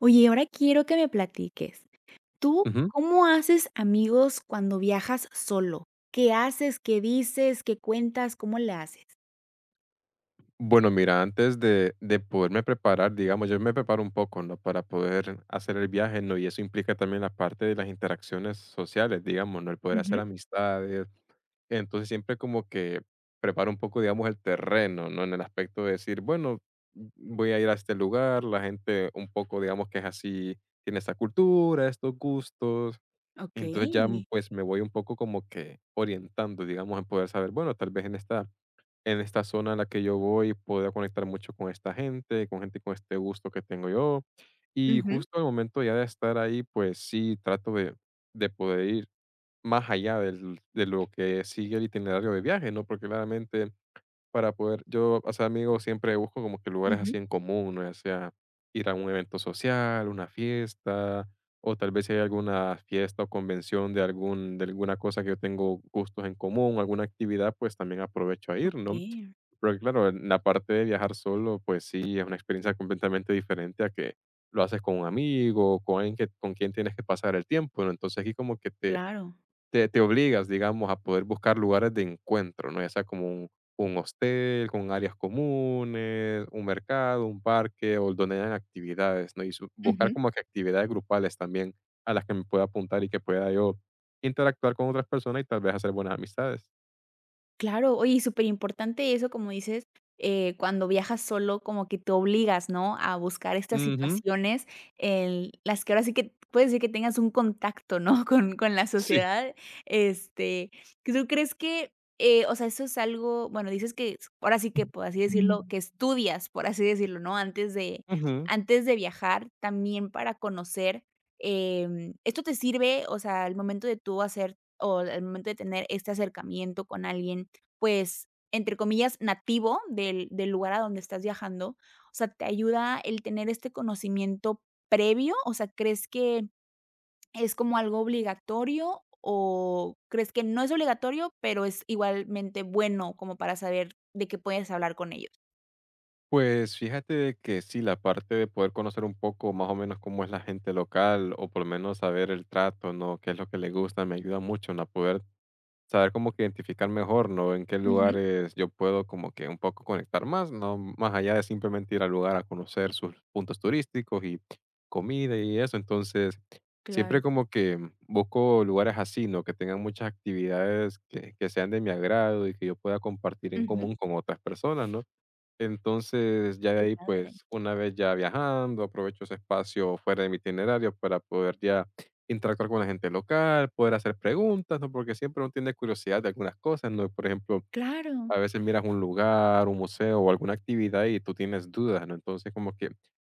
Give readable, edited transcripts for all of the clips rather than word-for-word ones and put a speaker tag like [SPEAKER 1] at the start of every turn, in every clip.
[SPEAKER 1] Oye, y ahora quiero que me platiques, ¿tú
[SPEAKER 2] Ujú.
[SPEAKER 1] cómo haces amigos cuando viajas solo? ¿Qué haces? ¿Qué dices? ¿Qué cuentas? ¿Cómo le haces?
[SPEAKER 2] Bueno, mira, antes de poderme preparar, digamos, yo me preparo un poco, ¿no? Para poder hacer el viaje, ¿no? Y eso implica también la parte de las interacciones sociales, digamos, ¿no? El poder hacer
[SPEAKER 1] Ujú,
[SPEAKER 2] amistades. Entonces siempre como que preparo un poco, digamos, el terreno, ¿no? En el aspecto de decir, bueno, voy a ir a este lugar, la gente un poco, digamos, que es así, tiene esta cultura, estos gustos. Entonces ya,
[SPEAKER 1] okey.
[SPEAKER 2] pues, me voy un poco como que orientando, digamos, en poder saber, bueno, tal vez en esta zona en la que yo voy pueda conectar mucho con esta gente con este gusto que tengo yo. Y
[SPEAKER 1] Ujú,
[SPEAKER 2] justo al momento ya de estar ahí, pues sí, trato de poder ir más allá del de lo que sigue el itinerario de viaje, ¿no? Porque claramente para poder yo, o sea, amigo, siempre busco como que lugares así
[SPEAKER 1] ujú.
[SPEAKER 2] en común, ¿no? Ya sea ir a un evento social, una fiesta, o tal vez si hay alguna fiesta o convención de algún, de alguna cosa que yo tengo gustos en común, alguna actividad, pues también aprovecho a ir, ¿no?
[SPEAKER 1] Okey,
[SPEAKER 2] Pero claro, en la parte de viajar solo, pues sí, es una experiencia completamente diferente a que lo haces con un amigo, con alguien que, con quien tienes que pasar el tiempo, ¿no? Entonces aquí como que te,
[SPEAKER 1] claro.
[SPEAKER 2] te obligas, digamos, a poder buscar lugares de encuentro, ¿no? Ya sea como un hostel con áreas comunes, un mercado, un parque o donde hayan actividades, ¿no? Y su buscar como que actividades grupales también a las que me pueda apuntar y que pueda yo interactuar con otras personas y tal vez hacer buenas amistades.
[SPEAKER 1] Claro, oye, y superimportante eso, como dices, cuando viajas solo, como que te obligas, ¿no?, a buscar estas
[SPEAKER 2] Ujú,
[SPEAKER 1] situaciones en las que ahora sí que puedes decir que tengas un contacto, ¿no?, con la
[SPEAKER 2] sí.
[SPEAKER 1] sociedad. este, ¿Tú crees que, o sea, eso es algo? Bueno, dices que s ahora sí que, por así decirlo,
[SPEAKER 2] Mm.
[SPEAKER 1] que estudias, por así decirlo, ¿no?, antes de
[SPEAKER 2] Ujú.
[SPEAKER 1] viajar, también para conocer, ¿esto te sirve, o sea, al momento de tú hacer o al momento de tener este acercamiento con alguien? Pues, entre comillas, "nativo" del lugar a donde estás viajando. O sea, ¿te ayuda el tener este conocimiento previo? O sea, ¿crees que es como algo obligatorio o crees que no es obligatorio, pero es igualmente bueno como para saber de qué puedes hablar con ellos?
[SPEAKER 2] Pues fíjate de que sí, la parte de poder conocer un poco más o menos cómo es la gente local o por lo menos saber el trato, ¿no? Qué es lo que le gusta, me ayuda mucho, ¿no? A poder saber como que identificar mejor, ¿no? En qué
[SPEAKER 1] Ujú,
[SPEAKER 2] lugares yo puedo como que un poco conectar más, ¿no? Más allá de simplemente ir al lugar a conocer sus puntos turísticos y comida y eso. Entonces, siempre
[SPEAKER 1] claro.
[SPEAKER 2] como que busco lugares así, ¿no? Que tengan muchas actividades que sean de mi agrado y que yo pueda compartir en
[SPEAKER 1] Ujú.
[SPEAKER 2] común con otras personas, ¿no? Entonces, ya de
[SPEAKER 1] Qué
[SPEAKER 2] ahí,
[SPEAKER 1] padre.
[SPEAKER 2] pues, una vez ya viajando, aprovecho ese espacio fuera de mi itinerario para poder ya interactuar con la gente local, poder hacer preguntas, ¿no? Porque siempre uno tiene curiosidad de algunas cosas, ¿no? Por ejemplo,
[SPEAKER 1] Claro.
[SPEAKER 2] a veces miras un lugar, un museo o alguna actividad y tú tienes dudas, ¿no? Entonces, como que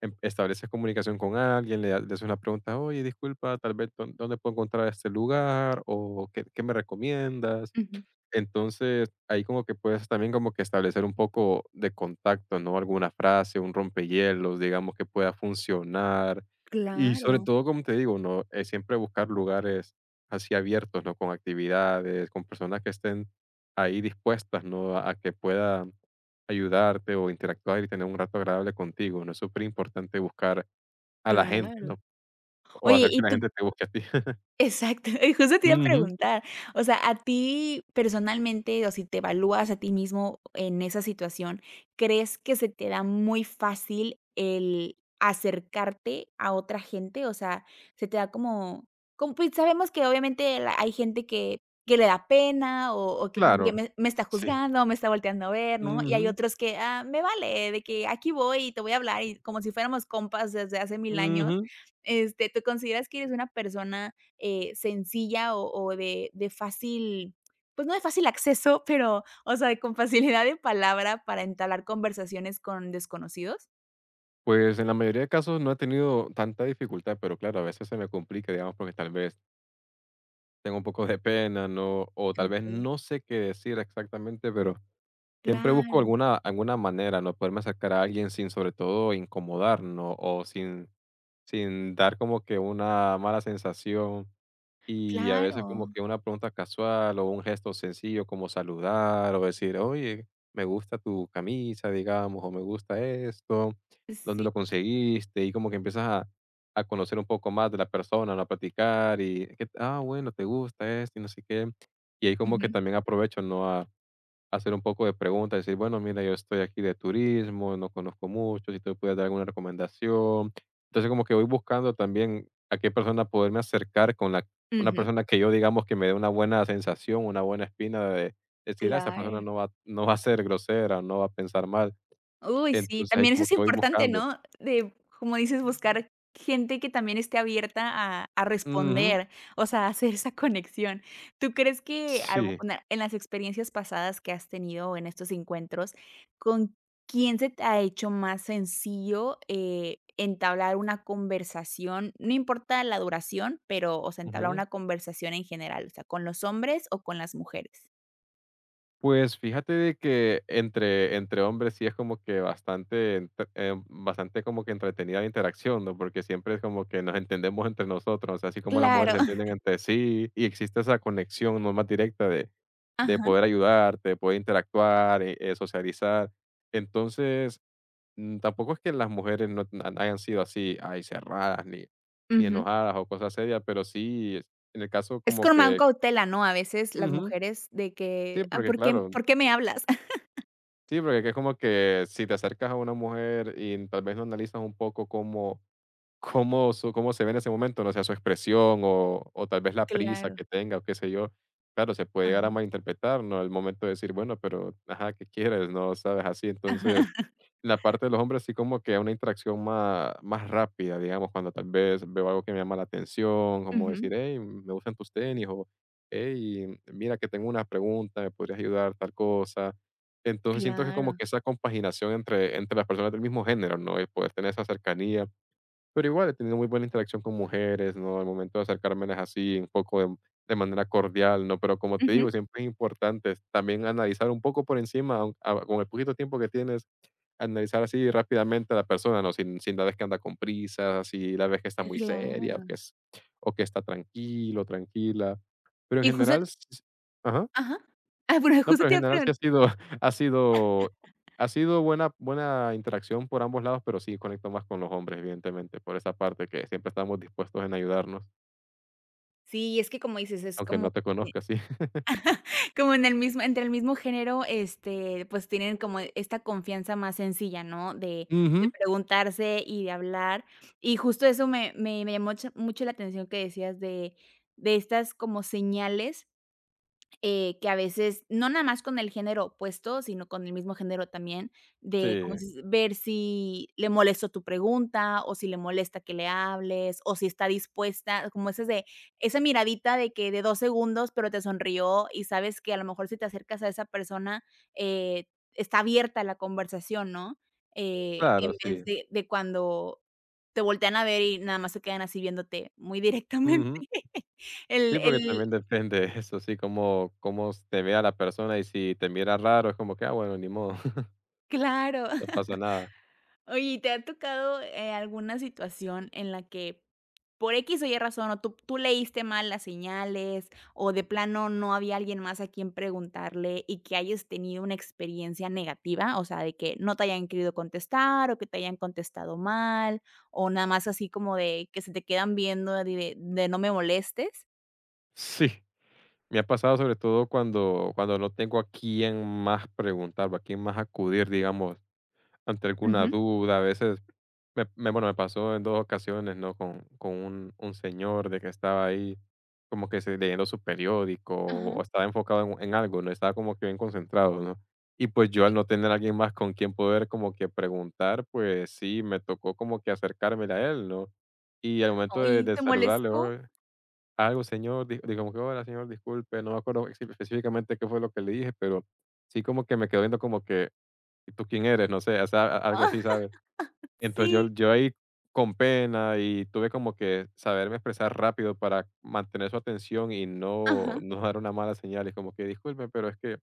[SPEAKER 2] estableces comunicación con alguien, le, le haces una pregunta, oye, disculpa, tal vez, ¿dónde puedo encontrar este lugar? ¿O qué, qué me recomiendas?
[SPEAKER 1] Ujú.
[SPEAKER 2] Entonces, ahí como que puedes también como que establecer un poco de contacto, ¿no? Alguna frase, un rompehielos, digamos, que pueda funcionar. Y sobre
[SPEAKER 1] Claro,
[SPEAKER 2] todo, como te digo, ¿no? Es siempre buscar lugares así abiertos, ¿no? Con actividades, con personas que estén ahí dispuestas, ¿no? A que pueda ayudarte o interactuar y tener un rato agradable contigo, ¿no? Es súper importante buscar a la gente, ¿no?
[SPEAKER 1] claro.
[SPEAKER 2] O
[SPEAKER 1] Oye,
[SPEAKER 2] hacer que
[SPEAKER 1] ¿y
[SPEAKER 2] la
[SPEAKER 1] tú
[SPEAKER 2] gente te busque a ti.
[SPEAKER 1] exacto, y justo te iba a
[SPEAKER 2] Ujú,
[SPEAKER 1] preguntar, o sea, a ti personalmente, o si te evalúas a ti mismo en esa situación, ¿crees que se te da muy fácil el acercarte a otra gente? O sea, se te da como, pues, sabemos que obviamente la hay gente que le da pena o que piensa que
[SPEAKER 2] claro,
[SPEAKER 1] me está
[SPEAKER 2] sí.
[SPEAKER 1] juzgando, me está volteando a ver, ¿no? Y hay
[SPEAKER 2] Ujú,
[SPEAKER 1] otros que, ah, me vale, de que aquí voy y te voy a hablar y como si fuéramos compas desde hace mil años.
[SPEAKER 2] ujú.
[SPEAKER 1] ¿Tú consideras que eres una persona sencilla o de fácil, pues, no de fácil acceso, pero, o sea, con facilidad de palabra para entablar conversaciones con desconocidos?
[SPEAKER 2] Pues, en la mayoría de casos no he tenido tanta dificultad, pero claro, a veces se me complica, digamos, porque tal vez tengo un poco de pena, ¿no? O tal vez
[SPEAKER 1] Okey.
[SPEAKER 2] no sé qué decir exactamente, pero siempre busco
[SPEAKER 1] Claro,
[SPEAKER 2] alguna manera, ¿no? Poderme acercar a alguien sin, sobre todo, incomodar, ¿no? O sin dar como que una mala sensación. Y a veces como
[SPEAKER 1] claro.
[SPEAKER 2] que una pregunta casual o un gesto sencillo como saludar o decir, oye, me gusta tu camisa, digamos, o me gusta esto, ¿dónde
[SPEAKER 1] Sí.
[SPEAKER 2] lo conseguiste? Y como que empiezas a conocer un poco más de la persona, ¿no? A platicar y, que, ah, bueno, te gusta esto y no sé qué. Y ahí como que
[SPEAKER 1] Ujú,
[SPEAKER 2] también aprovecho, ¿no? Hacer un poco de preguntas, decir, bueno, mira, yo estoy aquí de turismo, no conozco mucho, si tú me puedes dar alguna recomendación. Entonces, como que voy buscando también a qué persona poderme acercar con la una
[SPEAKER 1] ujú,
[SPEAKER 2] persona que yo digamos que me dé una buena sensación, una buena espina de decir, ah, esa persona
[SPEAKER 1] claro.
[SPEAKER 2] no va no va a ser grosera, no va a pensar mal.
[SPEAKER 1] Uy, sí,
[SPEAKER 2] Entonces, ahí
[SPEAKER 1] también eso
[SPEAKER 2] como
[SPEAKER 1] es
[SPEAKER 2] que voy
[SPEAKER 1] importante,
[SPEAKER 2] buscando.
[SPEAKER 1] ¿no? De, como dices, buscar gente que también esté abierta a
[SPEAKER 2] Ujú.
[SPEAKER 1] responder, o sea, hacer esa conexión. ¿Tú crees que a lo
[SPEAKER 2] Sí.
[SPEAKER 1] mejor na en las experiencias pasadas que has tenido en estos encuentros, con quién se te ha hecho más sencillo, entablar una conversación? No importa la duración, pero, o sea, entablar
[SPEAKER 2] Ujú.
[SPEAKER 1] una conversación en general. O sea, ¿con los hombres o con las mujeres?
[SPEAKER 2] Pues fíjate de que entre hombres sí es como que bastante entre bastante como que entretenida la interacción, ¿no? Porque siempre es como que nos entendemos entre nosotros, o sea, así como las mujeres
[SPEAKER 1] Claro.
[SPEAKER 2] se entienden entre sí y existe esa conexión, ¿no? Más directa de
[SPEAKER 1] Ajá.
[SPEAKER 2] poder ayudarte, de poder interactuar, socializar. Entonces, tampoco es que las mujeres no han hayan sido así, ay, cerradas, ni
[SPEAKER 1] Ujú.
[SPEAKER 2] enojadas o cosas serias, pero sí, en el caso
[SPEAKER 1] Es
[SPEAKER 2] como
[SPEAKER 1] con más
[SPEAKER 2] que
[SPEAKER 1] cautela, ¿no? A veces las
[SPEAKER 2] ujú,
[SPEAKER 1] mujeres de que:
[SPEAKER 2] sí,
[SPEAKER 1] "Ah,
[SPEAKER 2] porque
[SPEAKER 1] ¿por qué
[SPEAKER 2] claro.
[SPEAKER 1] por qué me hablas?"
[SPEAKER 2] Sí, porque que es como que si te acercas a una mujer y tal vez no analizas un poco cómo, cómo, cómo se ve en ese momento, no sé, su expresión o tal vez la prisa
[SPEAKER 1] Claro.
[SPEAKER 2] que tenga o qué sé yo, claro, se puede llegar
[SPEAKER 1] Ajá.
[SPEAKER 2] a malinterpretar, ¿no? El momento de decir, bueno, pero, ajá, ¿qué quieres? No sabes así, entonces
[SPEAKER 1] Ajá.
[SPEAKER 2] la parte de los hombres sí como que una interacción más rápida, digamos, cuando tal vez veo algo que me llama la atención, como decir:
[SPEAKER 1] Ujú.
[SPEAKER 2] "Hey, me gustan tus tenis", o: "Hey, mira que tengo una pregunta, ¿me podrías ayudar?", tal cosa. Entonces, siento que como
[SPEAKER 1] Claro.
[SPEAKER 2] que esa compaginación entre las personas del mismo género, ¿no? Y poder tener esa cercanía, pero igual he tenido muy buena interacción con mujeres, ¿no? El momento de acercármeles así, un poco de manera cordial, ¿no? Pero como te digo,
[SPEAKER 1] Ujú.
[SPEAKER 2] siempre es importante también analizar un poco por encima, aun a con el poquito tiempo que tienes. Analizar así rápidamente a la persona, ¿no? Sin la vez que anda con prisas, si la vez que está muy seria, o
[SPEAKER 1] Claro.
[SPEAKER 2] que es o que está tranquilo, tranquila. Pero en
[SPEAKER 1] Y justo
[SPEAKER 2] general s s ajá.
[SPEAKER 1] Ajá. Ah, bueno,
[SPEAKER 2] No,
[SPEAKER 1] justo
[SPEAKER 2] pero en
[SPEAKER 1] te iba a
[SPEAKER 2] general sí ha
[SPEAKER 1] preguntar.
[SPEAKER 2] sido ha sido ha sido buena interacción por ambos lados, pero sí conecto más con los hombres, evidentemente, por esa parte que siempre estamos dispuestos en ayudarnos,
[SPEAKER 1] Sí, es que como dices, es
[SPEAKER 2] aunque
[SPEAKER 1] como
[SPEAKER 2] no te
[SPEAKER 1] que
[SPEAKER 2] conozca, sí.
[SPEAKER 1] como en el mismo entre el mismo género. Pues tienen como esta confianza más sencilla, ¿no? De
[SPEAKER 2] Ujú.
[SPEAKER 1] preguntarse y de hablar. Y justo eso me llamó mucho mucho la atención que decías de estas como señales. Que a veces, no nada más con el género opuesto, sino con el mismo género también, de, como
[SPEAKER 2] Sí,
[SPEAKER 1] dices, ver si le molestó tu pregunta, o si le molesta que le hables, o si está dispuesta, como esa miradita de que de 2 segundos, pero te sonrió y sabes que a lo mejor si te acercas a esa persona, eh, está abierta la conversación, ¿no?
[SPEAKER 2] claro,
[SPEAKER 1] En vez
[SPEAKER 2] sí.
[SPEAKER 1] de cuando te voltean a ver y nada más se quedan así viéndote muy directamente.
[SPEAKER 2] Ujú. Sí, porque también
[SPEAKER 1] El
[SPEAKER 2] depende de eso, sí, cómo te vea la persona, y si te mira raro, es como que, ah, bueno, ni modo,
[SPEAKER 1] Claro.
[SPEAKER 2] no pasa nada.
[SPEAKER 1] Oye, ¿y te ha tocado, alguna situación en la que por X o Y razón, o tú leíste mal las señales, o de plano no había alguien más a quien preguntarle y que hayas tenido una experiencia negativa? O sea, de que no te hayan querido contestar, o que te hayan contestado mal, o nada más así como de que se te quedan viendo de de no me molestes.
[SPEAKER 2] Sí, me ha pasado sobre todo cuando no tengo a quién más preguntar, o a quién más acudir, digamos. Ante alguna
[SPEAKER 1] Ujú,
[SPEAKER 2] duda, a veces me bueno, me pasó en 2 ocasiones, ¿no? Con un señor de que estaba ahí como que se leyendo su periódico o
[SPEAKER 1] ajá.
[SPEAKER 2] estaba enfocado en algo, ¿no? Estaba como que bien concentrado, ¿no? Y, pues, yo al
[SPEAKER 1] Y,
[SPEAKER 2] no tener a alguien más con quien poder como que preguntar, pues sí, me tocó como que acercarme a él, ¿no? Y al momento de
[SPEAKER 1] Ay,
[SPEAKER 2] de
[SPEAKER 1] ¿te
[SPEAKER 2] saludarle:
[SPEAKER 1] molestó?
[SPEAKER 2] "Oye, algo señor", di como que: "Hola, señor, disculpe", no me acuerdo específicamente qué fue lo que le dije, pero sí como que me quedó viendo como que ¿Y tú quién eres? No sé, o sea, a algo
[SPEAKER 1] Ah,
[SPEAKER 2] así, ¿sabes? Entonces, yo
[SPEAKER 1] sí,
[SPEAKER 2] yo ahí con pena y tuve como que saberme expresar rápido para mantener su atención y no
[SPEAKER 1] ajá.
[SPEAKER 2] no dar una mala señal. Y como que: "Disculpe, pero es que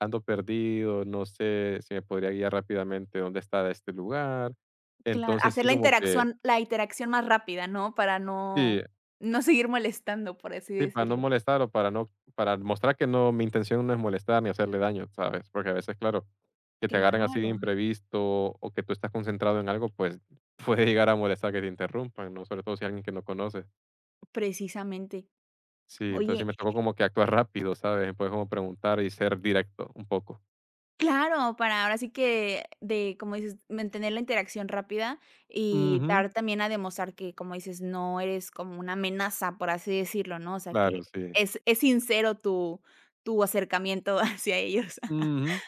[SPEAKER 2] ando perdido, no sé si me podría guiar rápidamente dónde está este lugar".
[SPEAKER 1] Claro,
[SPEAKER 2] Entonces,
[SPEAKER 1] hacer
[SPEAKER 2] sí, como que
[SPEAKER 1] la interacción más rápida, ¿no? Para no
[SPEAKER 2] sí.
[SPEAKER 1] no seguir molestando, por así
[SPEAKER 2] Sí, para no
[SPEAKER 1] decirlo.
[SPEAKER 2] molestar o para no para mostrar que no mi intención no es molestar ni hacerle daño, ¿sabes? Porque a veces, claro, que te agarren así de
[SPEAKER 1] Claro,
[SPEAKER 2] imprevisto o que tú estás concentrado en algo, pues puede llegar a molestar que te interrumpan, ¿no? Sobre todo si alguien que no conoces.
[SPEAKER 1] precisamente.
[SPEAKER 2] Sí, entonces sí
[SPEAKER 1] Oye,
[SPEAKER 2] me tocó como que actuar rápido, ¿sabes? Puedes como preguntar y ser directo un poco.
[SPEAKER 1] claro, para ahora sí que de, como dices, mantener la interacción rápida y
[SPEAKER 2] Ujú,
[SPEAKER 1] dar también a demostrar que, como dices, no eres como una amenaza, por así decirlo, ¿no? O sea, que
[SPEAKER 2] claro, sí.
[SPEAKER 1] es sincero tu acercamiento hacia ellos.
[SPEAKER 2] Ujú,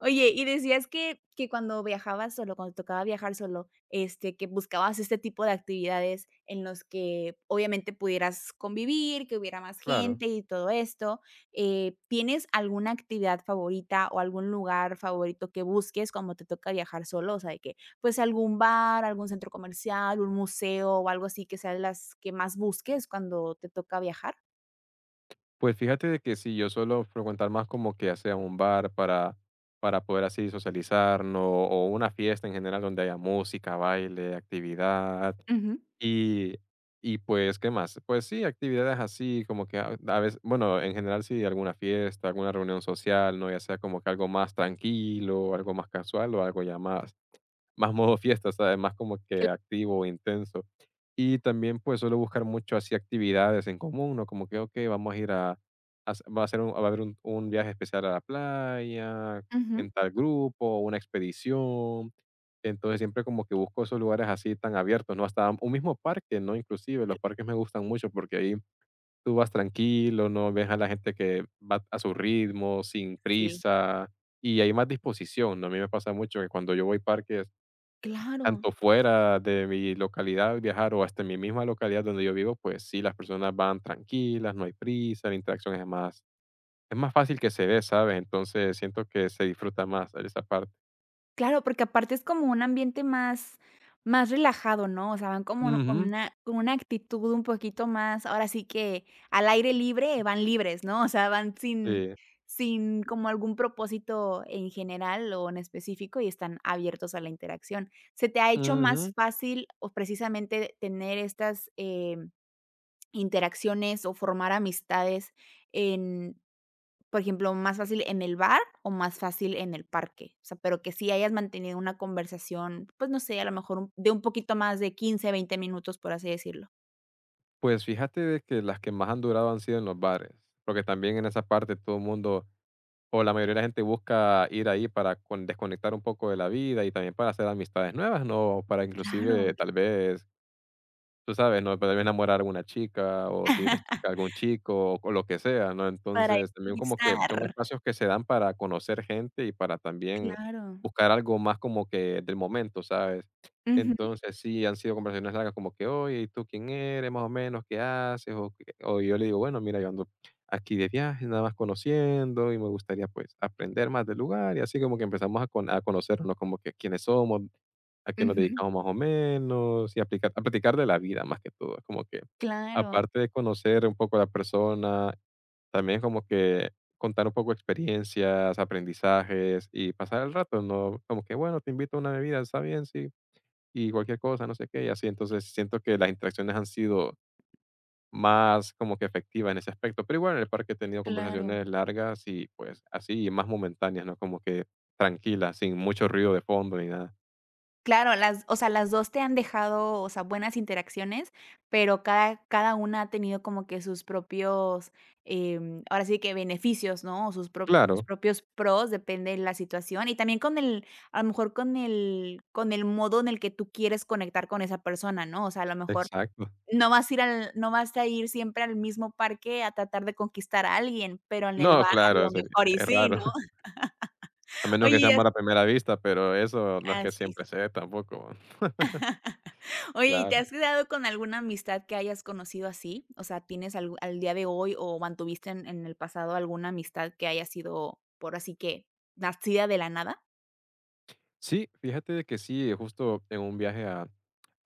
[SPEAKER 1] Oye, y decías que cuando viajabas solo, cuando tocaba viajar solo, que buscabas este tipo de actividades en los que obviamente pudieras convivir, que hubiera más
[SPEAKER 2] claro.
[SPEAKER 1] gente y todo esto. ¿Tienes alguna actividad favorita o algún lugar favorito que busques cuando te toca viajar solo? O sea, de que, pues, algún bar, algún centro comercial, un museo o algo así que sea las que más busques cuando te toca viajar.
[SPEAKER 2] Pues fíjate de que sí, yo suelo frecuentar más como que ya sea un bar para poder así socializar, ¿no? O una fiesta en general donde haya música, baile, actividad.
[SPEAKER 1] Ujú.
[SPEAKER 2] Y, y pues, ¿qué más? Pues sí, actividades así, como que a veces, bueno, en general sí, alguna fiesta, alguna reunión social, ¿no? Ya sea como que algo más tranquilo, algo más casual o algo ya más más modo fiesta, ¿sabes? Más como
[SPEAKER 1] Cl
[SPEAKER 2] que activo, intenso. Y también, pues, suelo buscar mucho así actividades en común, ¿no? Como que, okey, vamos a ir a va a haber un viaje especial a la playa,
[SPEAKER 1] Ujú.
[SPEAKER 2] en tal grupo, una expedición. Entonces, siempre como que busco esos lugares así tan abiertos, ¿no? Hasta un mismo parque, ¿no? Inclusive, los parques me gustan mucho porque ahí tú vas tranquilo, ¿no? Ves a la gente que va a su ritmo, sin
[SPEAKER 1] Sí,
[SPEAKER 2] prisa, y hay más disposición, ¿no? A mí me pasa mucho que cuando yo voy a parques
[SPEAKER 1] claro.
[SPEAKER 2] tanto fuera de mi localidad al viajar o hasta en mi misma localidad donde yo vivo, pues sí, las personas van tranquilas, no hay prisa, la interacción es más fácil que se dé, ¿sabes? Entonces siento que se disfruta más esa parte.
[SPEAKER 1] Claro, porque aparte es como un ambiente más relajado, ¿no? O sea, van como con
[SPEAKER 2] Ujú,
[SPEAKER 1] una actitud un poquito más, ahora sí que al aire libre, van libres, ¿no? O sea, van sin
[SPEAKER 2] sí,
[SPEAKER 1] sin como algún propósito en general o en específico y están abiertos a la interacción. ¿Se te ha hecho más
[SPEAKER 2] ujú.
[SPEAKER 1] fácil o precisamente tener estas, interacciones o formar amistades en por ejemplo, ¿más fácil en el bar o más fácil en el parque? O sea, pero que sí hayas mantenido una conversación, pues, no sé, a lo mejor un poquito más de 15-20 minutos, por así decirlo.
[SPEAKER 2] Pues fíjate de que las que más han durado han sido en los bares, porque también en esa parte todo el mundo o la mayoría de la gente busca ir ahí para con desconectar un poco de la vida y también para hacer amistades nuevas, ¿no? Para
[SPEAKER 1] Claro.
[SPEAKER 2] inclusive tal vez tú sabes, ¿no? Puede enamorar a alguna chica, o si eres chica, algún chico, o lo que sea, ¿no?
[SPEAKER 1] Para ir
[SPEAKER 2] Entonces,
[SPEAKER 1] a
[SPEAKER 2] también como que
[SPEAKER 1] conquistar.
[SPEAKER 2] son espacios que se dan para conocer gente y para también
[SPEAKER 1] Claro.
[SPEAKER 2] buscar algo más como que del momento, ¿sabes?
[SPEAKER 1] Ujú,
[SPEAKER 2] Entonces, sí, han sido conversaciones largas como que, oye, ¿y tú quién eres? Más o menos, ¿qué haces? O, o yo le digo, bueno, mira, yo ando aquí de viaje, nada más conociendo y me gustaría pues aprender más del lugar y así como que empezamos a, a conocernos, ¿no? Como que quiénes somos, a qué nos
[SPEAKER 1] ujú.
[SPEAKER 2] dedicamos más o menos y a platicar de la vida más que todo. Es como que,
[SPEAKER 1] Claro,
[SPEAKER 2] aparte de conocer un poco a la persona, también como que contar un poco experiencias, aprendizajes y pasar el rato, ¿no? Como que, bueno, te invito a una bebida, está bien, sí, y cualquier cosa, no sé qué, y así. Entonces, siento que las interacciones han sido más como que efectiva en ese aspecto, pero igual en el parque he tenido
[SPEAKER 1] claro.
[SPEAKER 2] conversaciones largas y pues así, y más momentáneas, ¿no? Como que tranquila sin mucho ruido de fondo ni nada.
[SPEAKER 1] Claro, las o sea, las 2 te han dejado, o sea, buenas interacciones, pero cada una ha tenido como que sus propios, ahora sí que beneficios, ¿no? O sus
[SPEAKER 2] Claro,
[SPEAKER 1] propios pros, depende de la situación, y también con el a lo mejor con el modo en el que tú quieres conectar con esa persona, ¿no? O sea, a lo mejor
[SPEAKER 2] exacto.
[SPEAKER 1] no vas a ir al no vas a ir siempre al mismo parque a tratar de conquistar a alguien, pero en el
[SPEAKER 2] No,
[SPEAKER 1] bar a
[SPEAKER 2] claro,
[SPEAKER 1] lo
[SPEAKER 2] seri
[SPEAKER 1] mejor y
[SPEAKER 2] es
[SPEAKER 1] sí,
[SPEAKER 2] raro,
[SPEAKER 1] ¿no?
[SPEAKER 2] a menos que sea
[SPEAKER 1] Oye,
[SPEAKER 2] amor
[SPEAKER 1] así.
[SPEAKER 2] a primera vista, pero eso no es que siempre se dé tampoco.
[SPEAKER 1] Oye, ¿y te
[SPEAKER 2] Claro.
[SPEAKER 1] has quedado con alguna amistad que hayas conocido así? O sea, ¿tienes algu al día de hoy o mantuviste en el pasado alguna amistad que haya sido, por así que, nacida de la nada?
[SPEAKER 2] Sí, fíjate de que sí, justo en un viaje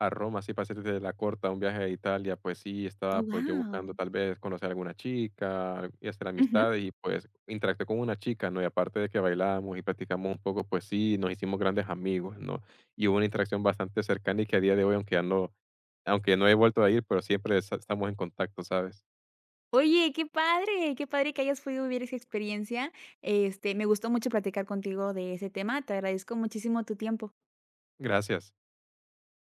[SPEAKER 2] a Roma, así para hacerte la corta, un viaje a Italia, pues sí,
[SPEAKER 1] Oh,
[SPEAKER 2] estaba, pues, yo buscando
[SPEAKER 1] wow.
[SPEAKER 2] tal vez conocer a alguna chica y hacer
[SPEAKER 1] Ujú.
[SPEAKER 2] amistades y, pues, interactué con una chica, ¿no? Y aparte de que bailábamos y platicamos un poco, pues sí, nos hicimos grandes amigos, ¿no? Y hubo una interacción bastante cercana y que a día de hoy, aunque no he vuelto a ir, pero siempre es estamos en contacto, ¿sabes?
[SPEAKER 1] Oye, qué padre que hayas podido vivir esa experiencia. Me gustó mucho platicar contigo de ese tema. Te agradezco muchísimo tu tiempo.
[SPEAKER 2] Gracias.